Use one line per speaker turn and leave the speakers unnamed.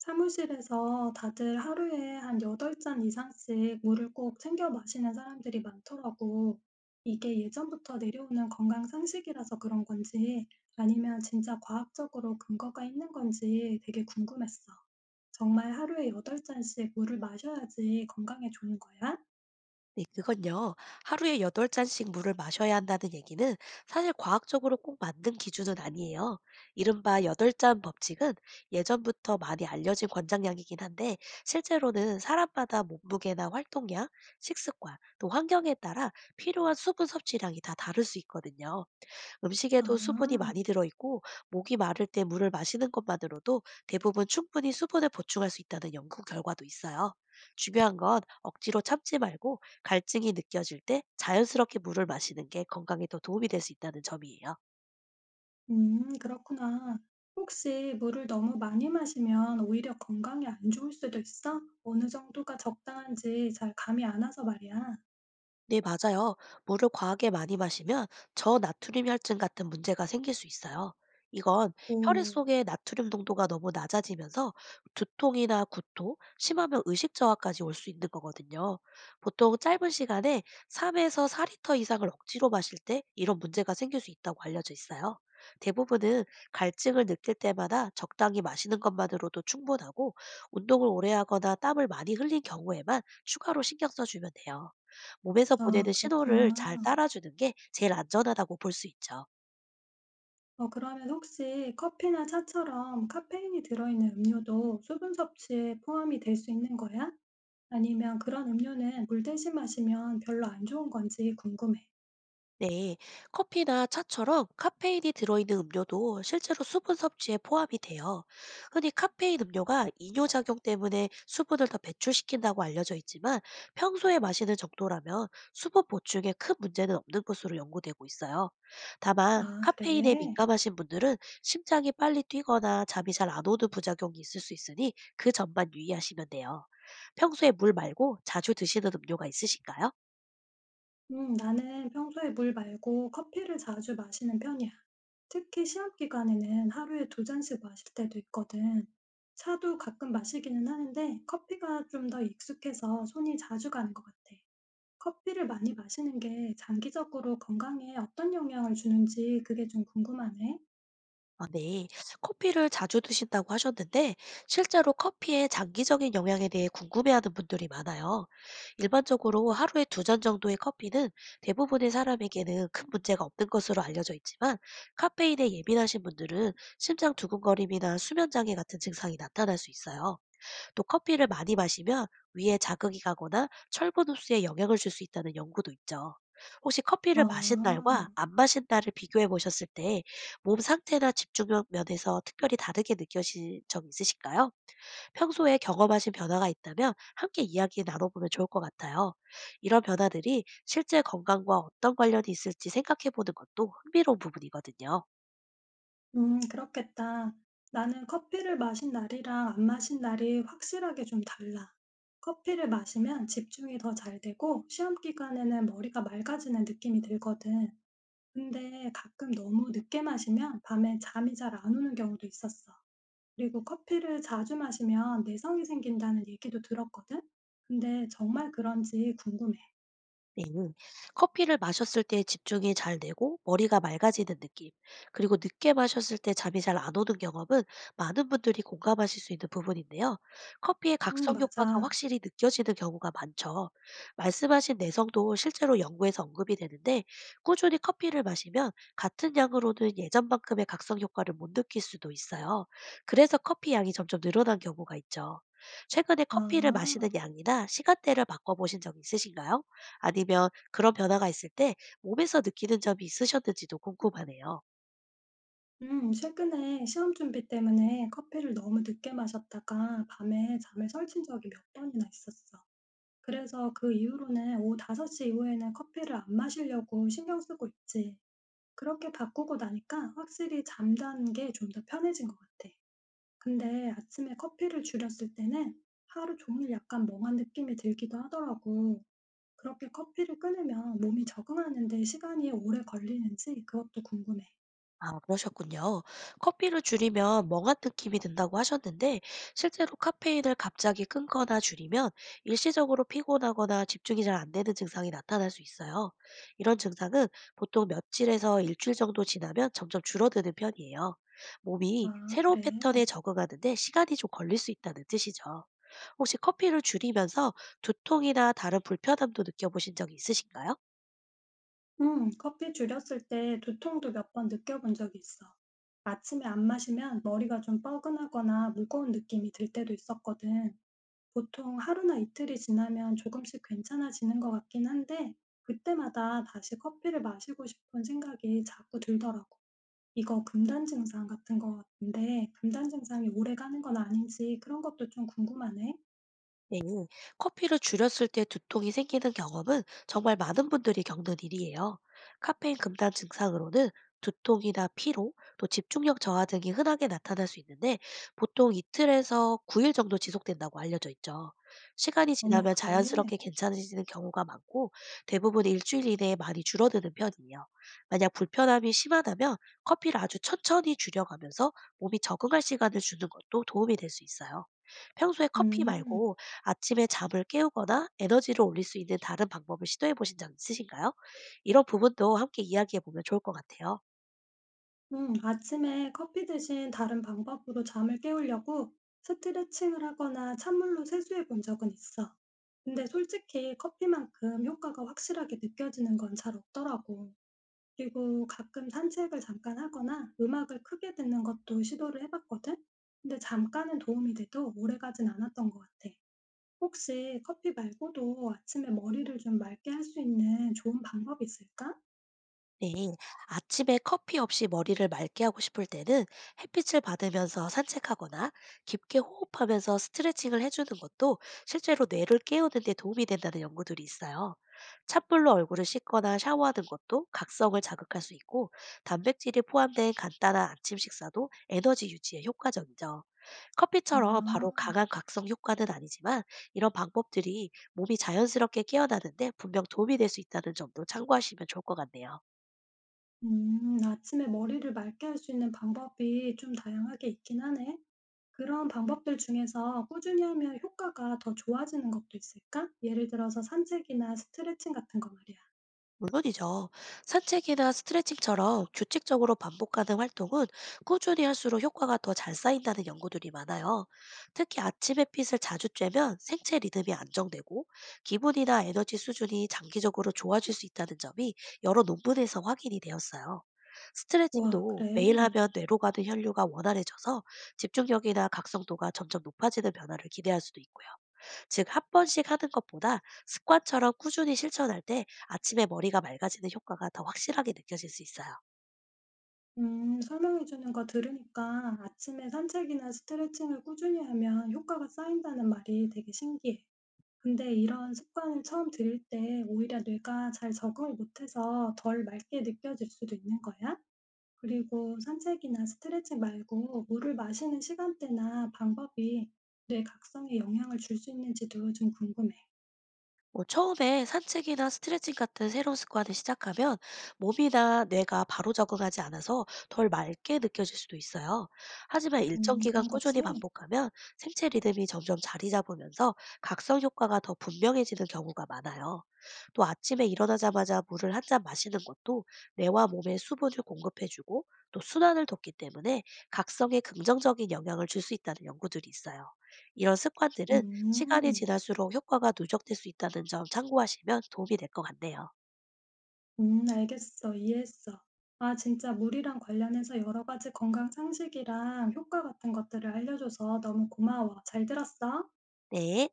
사무실에서 다들 하루에 한 여덟 잔 이상씩 물을 꼭 챙겨 마시는 사람들이 많더라고. 이게 예전부터 내려오는 건강 상식이라서 그런 건지 아니면 진짜 과학적으로 근거가 있는 건지 되게 궁금했어. 정말 하루에 여덟 잔씩 물을 마셔야지 건강에 좋은 거야?
네, 그건요. 하루에 8잔씩 물을 마셔야 한다는 얘기는 사실 과학적으로 꼭 맞는 기준은 아니에요. 이른바 8잔 법칙은 예전부터 많이 알려진 권장량이긴 한데, 실제로는 사람마다 몸무게나 활동량, 식습관, 또 환경에 따라 필요한 수분 섭취량이 다 다를 수 있거든요. 음식에도 수분이
아,
많이 들어있고, 목이 마를 때 물을 마시는 것만으로도 대부분 충분히 수분을 보충할 수 있다는 연구 결과도 있어요. 중요한 건 억지로 참지 말고 갈증이 느껴질 때 자연스럽게 물을 마시는 게 건강에 더 도움이 될 수 있다는 점이에요.
그렇구나. 혹시 물을 너무 많이 마시면 오히려 건강에 안 좋을 수도 있어? 어느 정도가 적당한지 잘 감이 안 와서 말이야.
네, 맞아요. 물을 과하게 많이 마시면 저나트륨 혈증 같은 문제가 생길 수 있어요. 이건 혈액
오.
속의 나트륨 농도가 너무 낮아지면서 두통이나 구토, 심하면 의식 저하까지 올 수 있는 거거든요. 보통 짧은 시간에 3에서 4리터 이상을 억지로 마실 때 이런 문제가 생길 수 있다고 알려져 있어요. 대부분은 갈증을 느낄 때마다 적당히 마시는 것만으로도 충분하고, 운동을 오래 하거나 땀을 많이 흘린 경우에만 추가로 신경 써주면 돼요. 몸에서
아
보내는 신호를 잘
그렇구나.
따라주는 게 제일 안전하다고 볼 수 있죠.
그러면 혹시 커피나 차처럼 카페인이 들어있는 음료도 수분 섭취에 포함이 될 수 있는 거야? 아니면 그런 음료는 물 대신 마시면 별로 안 좋은 건지 궁금해.
네, 커피나 차처럼 카페인이 들어있는 음료도 실제로 수분 섭취에 포함이 돼요. 흔히 카페인 음료가 이뇨작용 때문에 수분을 더 배출시킨다고 알려져 있지만, 평소에 마시는 정도라면 수분 보충에 큰 문제는 없는 것으로 연구되고 있어요. 다만
아
카페인에
그래?
민감하신 분들은 심장이 빨리 뛰거나 잠이 잘 안 오는 부작용이 있을 수 있으니 그 점만 유의하시면 돼요. 평소에 물 말고 자주 드시는 음료가 있으신가요?
음, 나는 평소에 물 말고 커피를 자주 마시는 편이야. 특히 시험 기간에는 하루에 두 잔씩 마실 때도 있거든. 차도 가끔 마시기는 하는데 커피가 좀 더 익숙해서 손이 자주 가는 것 같아. 커피를 많이 마시는 게 장기적으로 건강에 어떤 영향을 주는지 그게 좀 궁금하네.
아, 네. 커피를 자주 드신다고 하셨는데, 실제로 커피의 장기적인 영향에 대해 궁금해하는 분들이 많아요. 일반적으로 하루에 두 잔 정도의 커피는 대부분의 사람에게는 큰 문제가 없는 것으로 알려져 있지만, 카페인에 예민하신 분들은 심장 두근거림이나 수면 장애 같은 증상이 나타날 수 있어요. 또 커피를 많이 마시면 위에 자극이 가거나 철분 흡수에 영향을 줄 수 있다는 연구도 있죠. 혹시 커피를 마신 날과
아.
안 마신 날을 비교해 보셨을 때 몸 상태나 집중력 면에서 특별히 다르게 느껴진 적 있으실까요? 평소에 경험하신 변화가 있다면 함께 이야기 나눠보면 좋을 것 같아요. 이런 변화들이 실제 건강과 어떤 관련이 있을지 생각해 보는 것도 흥미로운 부분이거든요.
음, 그렇겠다. 나는 커피를 마신 날이랑 안 마신 날이 확실하게 좀 달라. 커피를 마시면 집중이 더 잘 되고 시험 기간에는 머리가 맑아지는 느낌이 들거든. 근데 가끔 너무 늦게 마시면 밤에 잠이 잘 안 오는 경우도 있었어. 그리고 커피를 자주 마시면 내성이 생긴다는 얘기도 들었거든. 근데 정말 그런지 궁금해.
네. 커피를 마셨을 때 집중이 잘 되고 머리가 맑아지는 느낌, 그리고 늦게 마셨을 때 잠이 잘 안 오는 경험은 많은 분들이 공감하실 수 있는 부분인데요. 커피의
음,
각성 효과가
맞아.
확실히 느껴지는 경우가 많죠. 말씀하신 내성도 실제로 연구에서 언급이 되는데, 꾸준히 커피를 마시면 같은 양으로는 예전만큼의 각성 효과를 못 느낄 수도 있어요. 그래서 커피 양이 점점 늘어난 경우가 있죠. 최근에 커피를 마시는
아.
양이나 시간대를 바꿔보신 적 있으신가요? 아니면 그런 변화가 있을 때 몸에서 느끼는 점이 있으셨는지도 궁금하네요.
음, 최근에 시험 준비 때문에 커피를 너무 늦게 마셨다가 밤에 잠에 설친 적이 몇 번이나 있었어. 그래서 그 이후로는 오후 다섯 시 이후에는 커피를 안 마시려고 신경 쓰고 있지. 그렇게 바꾸고 나니까 확실히 잠자는 게 좀 더 편해진 것 같아. 근데 아침에 커피를 줄였을 때는 하루 종일 약간 멍한 느낌이 들기도 하더라고. 그렇게 커피를 끊으면 몸이 적응하는 데 시간이 오래 걸리는지 그것도 궁금해.
아, 그러셨군요. 커피를 줄이면 멍한 느낌이 든다고 하셨는데, 실제로 카페인을 갑자기 끊거나 줄이면 일시적으로 피곤하거나 집중이 잘 안 되는 증상이 나타날 수 있어요. 이런 증상은 보통 며칠에서 일주일 정도 지나면 점점 줄어드는 편이에요. 몸이
아,
새로운
그래.
패턴에 적응하는데 시간이 좀 걸릴 수 있다는 뜻이죠. 혹시 커피를 줄이면서 두통이나 다른 불편함도 느껴보신 적이 있으신가요?
커피 줄였을 때 두통도 몇 번 느껴본 적이 있어. 아침에 안 마시면 머리가 좀 뻐근하거나 무거운 느낌이 들 때도 있었거든. 보통 하루나 이틀이 지나면 조금씩 괜찮아지는 것 같긴 한데, 그때마다 다시 커피를 마시고 싶은 생각이 자꾸 들더라고. 이거 금단 증상 같은 것 같은데, 금단 증상이 오래 가는 건 아닌지 그런 것도 좀 궁금하네.
네, 커피를 줄였을 때 두통이 생기는 경험은 정말 많은 분들이 겪는 일이에요. 카페인 금단 증상으로는 두통이나 피로, 또 집중력 저하 등이 흔하게 나타날 수 있는데, 보통 이틀에서 9일 정도 지속된다고 알려져 있죠. 시간이
어머,
지나면
그래.
자연스럽게 괜찮아지는 경우가 많고, 대부분 일주일 이내에 많이 줄어드는 편이에요. 만약 불편함이 심하다면 커피를 아주 천천히 줄여가면서 몸이 적응할 시간을 주는 것도 도움이 될 수 있어요. 평소에 커피
음.
말고 아침에 잠을 깨우거나 에너지를 올릴 수 있는 다른 방법을 시도해 보신 적 있으신가요? 이런 부분도 함께 이야기해 보면 좋을 것 같아요.
아침에 커피 대신 다른 방법으로 잠을 깨우려고 스트레칭을 하거나 찬물로 세수해 본 적은 있어. 근데 솔직히 커피만큼 효과가 확실하게 느껴지는 건 잘 없더라고. 그리고 가끔 산책을 잠깐 하거나 음악을 크게 듣는 것도 시도를 해봤거든? 근데 잠깐은 도움이 돼도 오래 가진 않았던 것 같아. 혹시 커피 말고도 아침에 머리를 좀 맑게 할 수 있는 좋은 방법이 있을까?
네, 아침에 커피 없이 머리를 맑게 하고 싶을 때는 햇빛을 받으면서 산책하거나 깊게 호흡하면서 스트레칭을 해주는 것도 실제로 뇌를 깨우는 데 도움이 된다는 연구들이 있어요. 찬물로 얼굴을 씻거나 샤워하는 것도 각성을 자극할 수 있고, 단백질이 포함된 간단한 아침 식사도 에너지 유지에 효과적이죠.
아.
커피처럼 바로 강한 각성 효과는 아니지만, 이런 방법들이 몸이 자연스럽게 깨어나는데 분명 도움이 될 수 있다는 점도 참고하시면 좋을 것 같네요.
아침에 머리를 맑게 할 수 있는 방법이 좀 다양하게 있긴 하네. 그런 방법들 중에서 꾸준히 하면 효과가 더 좋아지는 것도 있을까? 예를 들어서 산책이나 스트레칭 같은 거 말이야.
물론이죠. 산책이나 스트레칭처럼 규칙적으로 반복 하는 활동은 꾸준히 할수록 효과가 더 잘 쌓인다는 연구들이 많아요. 특히 아침에 핏을 자주 쬐면 생체 리듬이 안정되고 기분이나 에너지 수준이 장기적으로 좋아질 수 있다는 점이 여러 논문에서 확인이 되었어요.
와,
스트레칭도 매일
그래.
하면 뇌로 가는 혈류가 원활해져서 집중력이나 각성도가 점점 높아지는 변화를 기대할 수도 있고요. 즉, 한 번씩 하는 것보다 습관처럼 꾸준히 실천할 때 아침에 머리가 맑아지는 효과가 더 확실하게 느껴질 수 있어요.
설명해주는 거 들으니까 아침에 산책이나 스트레칭을 꾸준히 하면 효과가 쌓인다는 말이 되게 신기해. 근데 이런 습관을 처음 들일 때 오히려 뇌가 잘 적응을 못해서 덜 맑게 느껴질 수도 있는 거야? 그리고 산책이나 스트레칭 말고 물을 마시는 시간대나 방법이 뇌 각성에 영향을 줄 수 있는지도 좀 궁금해.
뭐 처음에 산책이나 스트레칭 같은 새로운 습관을 시작하면 몸이나 뇌가 바로 적응하지 않아서 덜 맑게 느껴질 수도 있어요. 하지만 일정 기간
그런
꾸준히
거지?
반복하면 생체 리듬이 점점 자리 잡으면서 각성 효과가 더 분명해지는 경우가 많아요. 또 아침에 일어나자마자 물을 한 잔 마시는 것도 뇌와 몸에 수분을 공급해주고 또 순환을 돕기 때문에 각성에 긍정적인 영향을 줄 수 있다는 연구들이 있어요. 이런 습관들은 시간이
음,
지날수록 효과가 누적될 수 있다는 점 참고하시면 도움이 될 것 같네요.
음, 알겠어. 이해했어. 아, 진짜 물이랑 관련해서 여러 가지 건강 상식이랑 효과 같은 것들을 알려줘서 너무 고마워. 잘 들었어?
네.